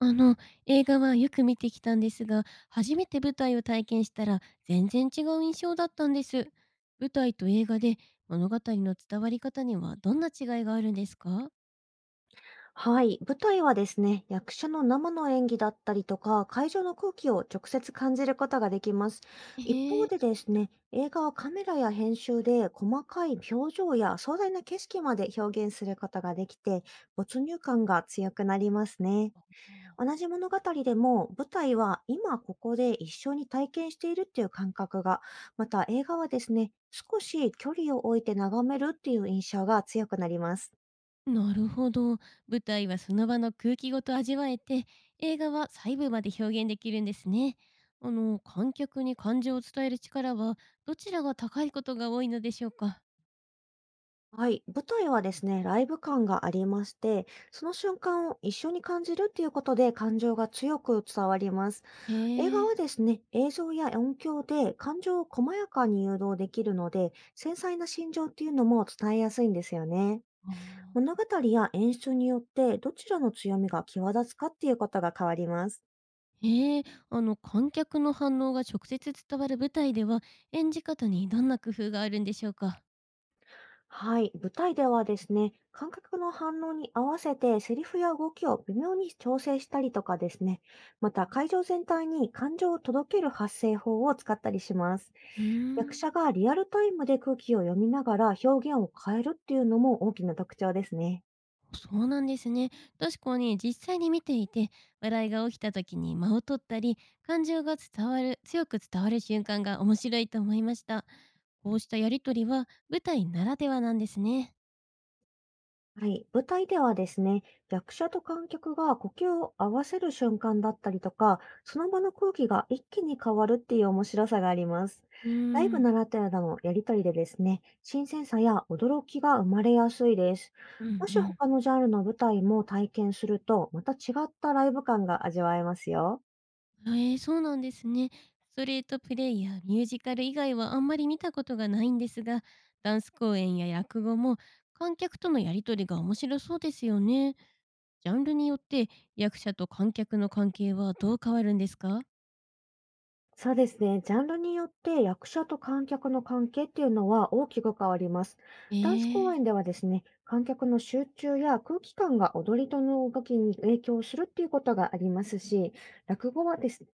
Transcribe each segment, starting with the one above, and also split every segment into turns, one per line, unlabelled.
あの、映画はよく見てきたんですが、初めて舞台を体験したら全然違う印象だったんです。舞台と映画で物語の伝わり方にはどんな違いがあるんですか？
はい。舞台はですね、役者の生の演技だったりとか、会場の空気を直接感じることができます。一
へ
方
え、
でですね、映画はカメラや編集で細かい表情や壮大な景色まで表現することができて、没入感が強くなりますね。
あ、
同じ物語でも、舞台は今ここで一緒に体験しているっていう感覚が、また映画はですね、少し距離を置いて眺めるっていう印象が強くなります。
なるほど。舞台はその場の空気ごと味わえて、映画は細部まで表現できるんですね。あの、観客に感情を伝える力はどちらが高いことが多いのでしょうか？
はい。舞台はですね、ライブ感がありまして、その瞬間を一緒に感じるっていうことで感情が強く伝わります。
へ
映画は
え。
ですね、映像や音響で感情を細やかに誘導できるので、繊細な心情っていうのも伝えやすいんですよね。
あ、
物語や演出によってどちらの強みが際立つかっていうことが変わります。
ええ、あの観客の反応が直接伝わる舞台では演じ方にどんな工夫があるんでしょうか？
はい。舞台ではですね、観客の反応に合わせてセリフや動きを微妙に調整したりとかですね、また会場全体に感情を届ける発声法を使ったりします。
うー
役
ん
者がリアルタイムで空気を読みながら表現を変えるっていうのも大きな特徴ですね。
そうなんですね。確かに実際に見ていて笑いが起きた時に間を取ったり、感情が伝わる強く伝わる瞬間が面白いと思いました。こうしたやりとりは舞台ならではなんですね。
はい。舞台ではですね、役者と観客が呼吸を合わせる瞬間だったりとか、その場の空気が一気に変わるっていう面白さがあります。
うー
ライブ
ん、
ならではのやりとりでですね、新鮮さや驚きが生まれやすいです。
うんう
もし
ん、
他のジャンルの舞台も体験すると、また違ったライブ感が味わえますよ。
あ、ええ、そうなんですね。ストリートプレイやミュージカル以外はあんまり見たことがないんですが、ダンス公演や落語も観客とのやりとりが面白そうですよね。ジャンルによって役者と観客の関係はどう変わるんですか？
そうですね。ジャンルによって役者と観客の関係っていうのは大きく変わります。
え
ダンス公
え、
演ではですね、観客の集中や空気感が踊りとの動きに影響するっていうことがありますし、落語はですね、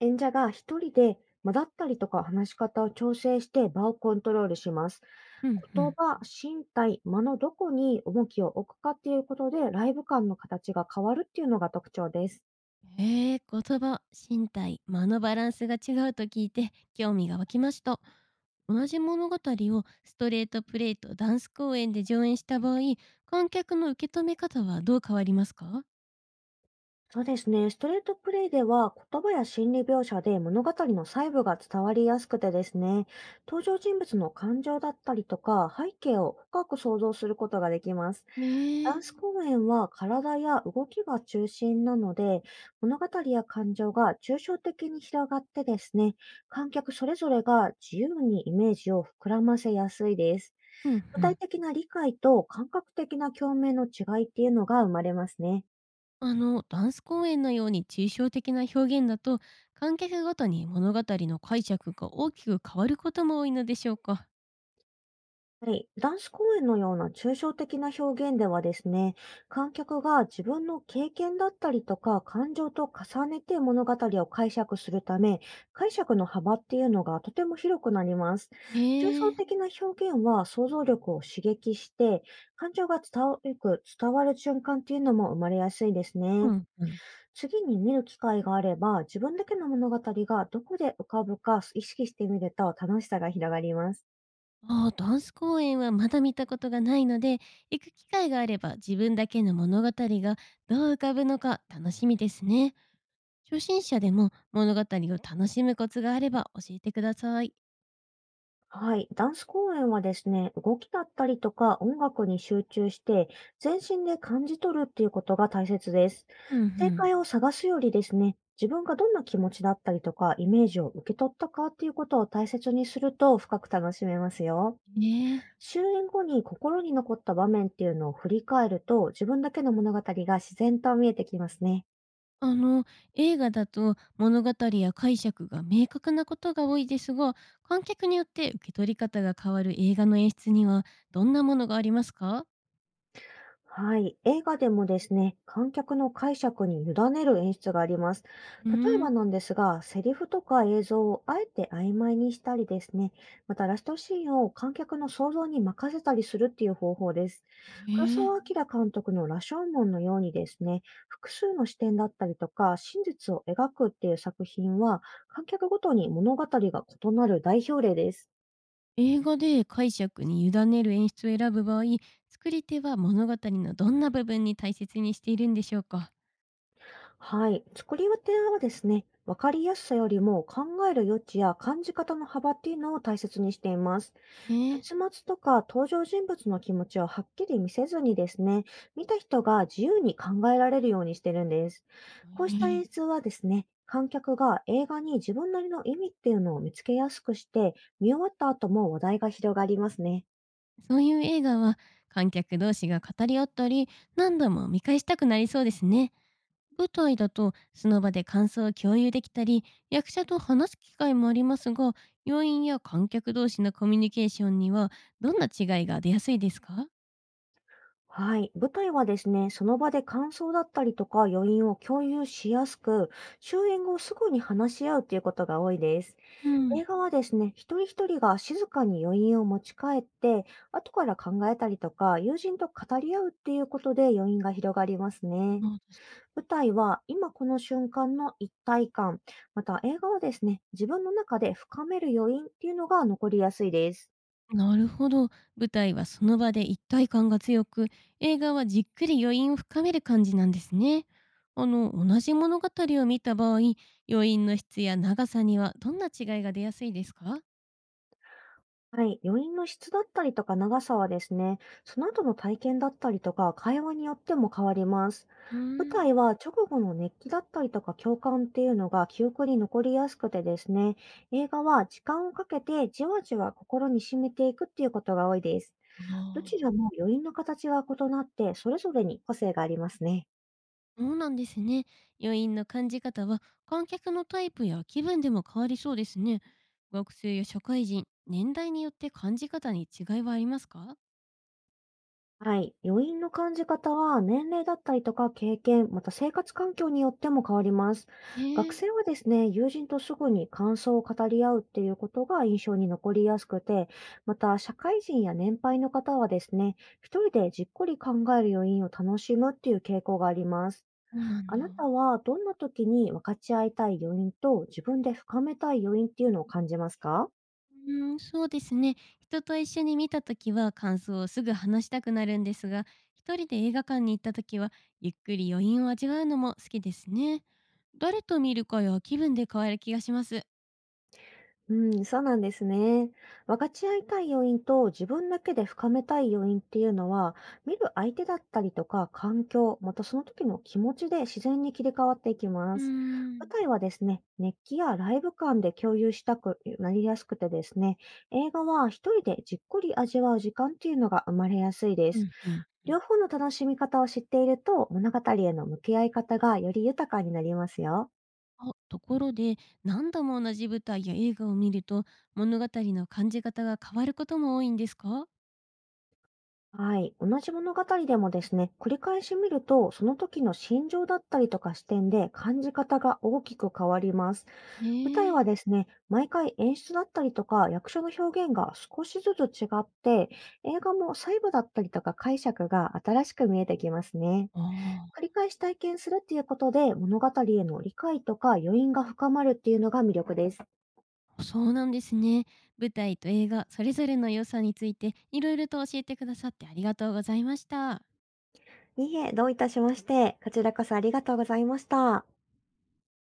演者が一人で間だったりとか話し方を調整して場をコントロールします。
ふんふ
言
ん。
葉、身体、間のどこに重きを置くかっていうことでライブ感の形が変わるっていうのが特徴です。
ええ、言葉、身体、間のバランスが違うと聞いて興味が湧きました。同じ物語をストレートプレイとダンス公演で上演した場合、観客の受け止め方はどう変わりますか？
そうですね。ストレートプレイでは言葉や心理描写で物語の細部が伝わりやすくてですね、登場人物の感情だったりとか背景を深く想像することができます。ダ
ねえ。
ンス公演は体や動きが中心なので、物語や感情が抽象的に広がってですね、観客それぞれが自由にイメージを膨らませやすいです。
うん
具
う
体
ん。
的な理解と感覚的な共鳴の違いっていうのが生まれますね。
あの、ダンス公演のように抽象的な表現だと、観客ごとに物語の解釈が大きく変わることも多いのでしょうか？
はい。ダンス公演のような抽象的な表現ではですね、観客が自分の経験だったりとか感情と重ねて物語を解釈するため、解釈の幅っていうのがとても広くなります。抽
え
象
え。
的な表現は想像力を刺激して、感情が伝わる瞬間っていうのも生まれやすいです
う
ね。
んうん。
次に見る機会があれば、自分だけの物語がどこで浮かぶか意識してみると楽しさが広がります。
ああ、ダンス公演はまだ見たことがないので、行く機会があれば自分だけの物語がどう浮かぶのか楽しみですね。初心者でも物語を楽しむコツがあれば教えてください。
はい。ダンス公演はですね、動きだったりとか音楽に集中して、全身で感じ取るっていうことが大切です。
うんう
正
ん。
解を探すよりですね、自分がどんな気持ちだったりとか、イメージを受け取ったかっていうことを大切にすると深く楽しめますよ。
ねえ。
終演後に心に残った場面っていうのを振り返ると、自分だけの物語が自然と見えてきますね。
あの、映画だと物語や解釈が明確なことが多いですが、観客によって受け取り方が変わる映画の演出にはどんなものがありますか？
はい。映画でもですね、観客の解釈に委ねる演出があります。
うー
例えば
ん。
なんですが、セリフとか映像をあえて曖昧にしたりですね、またラストシーンを観客の想像に任せたりするっていう方法です。黒
へえ。
澤明監督の羅生門のようにですね、複数の視点だったりとか、真実を描くっていう作品は、観客ごとに物語が異なる代表例です。
映画で解釈に委ねる演出を選ぶ場合、作り手は物語のどんな部分に大切にしているんでしょうか？
はい。作り手はですね、わかりやすさよりも考える余地や感じ方の幅っていうのを大切にしています。
へえ。
結末とか登場人物の気持ちをはっきり見せずにですね、見た人が自由に考えられるようにしてるんです。
へ
こうした
え、
演出はですね、観客が映画に自分なりの意味っていうのを見つけやすくして、見終わった後も話題が広がりますね。
そういう映画は観客同士が語り合ったり、何度も見返したくなりそうですね。舞台だとその場で感想を共有できたり役者と話す機会もありますが、要員や観客同士のコミュニケーションにはどんな違いが出やすいですか？
はい。舞台はですね、その場で感想だったりとか余韻を共有しやすく、終演後すぐに話し合うということが多いです。
うん。
映画はですね、一人一人が静かに余韻を持ち帰って、後から考えたりとか、友人と語り合うっていうことで余韻が広がりますね。
まあ、確かに。
舞台は今この瞬間の一体感、また映画はですね、自分の中で深める余韻っていうのが残りやすいです。
なるほど。舞台はその場で一体感が強く、映画はじっくり余韻を深める感じなんですね。あの、同じ物語を見た場合、余韻の質や長さにはどんな違いが出やすいですか？
はい。余韻の質だったりとか長さはですね、その後の体験だったりとか会話によっても変わります。
う
舞
ーん。
台は直後の熱気だったりとか共感っていうのが記憶に残りやすくてですね、映画は時間をかけてじわじわ心に染めていくっていうことが多いです。どち
あ
ら
あ、
も余韻の形が異なって、それぞれに個性がありますね。
そうなんですね。余韻の感じ方は観客のタイプや気分でも変わりそうですね。学生や社会人、年代によって感じ方に違いはありますか？
はい。余韻の感じ方は年齢だったりとか経験、また生活環境によっても変わります。
え
学
え、
生はですね、友人とすぐに感想を語り合うっていうことが印象に残りやすくて、また社会人や年配の方はですね、一人でじっくり考える余韻を楽しむっていう傾向があります。
そうなん
あ
だ。
なたはどんな時に分かち合いたい余韻と自分で深めたい余韻っていうのを感じますか？
うーん、そうですね。人と一緒に見たときは感想をすぐ話したくなるんですが、一人で映画館に行ったときはゆっくり余韻を味わうのも好きですね。誰と見るかや気分で変わる気がします。
うん、そうなんですね。分かち合いたい要因と自分だけで深めたい要因っていうのは、見る相手だったりとか環境、またその時の気持ちで自然に切り替わっていき
う
ま
ー
す。舞
ん。
台はですね、熱気やライブ感で共有したくなりやすくてですね、映画は一人でじっくり味わう時間っていうのが生まれやすいで
うんう
す。
んうん。
両方の楽しみ方を知っていると、物語への向き合い方がより豊かになりますよ。
あ、ところで、何度も同じ舞台や映画を見ると、物語の感じ方が変わることも多いんですか？
はい。同じ物語でもですね、繰り返し見ると、その時の心情だったりとか視点で感じ方が大きく変わります。
え
舞台
え、
はですね、毎回演出だったりとか役所の表現が少しずつ違って、映画も細部だったりとか解釈が新しく見えてきますね。繰
あ
り返し体験するっていうことで、物語への理解とか余韻が深まるっていうのが魅力です。
あ、そうなんですね。舞台と映画、それぞれの良さについて、いろいろと教えてくださってありがとうございました。
いいえ、どういたしまして、こちらこそありがとうございました。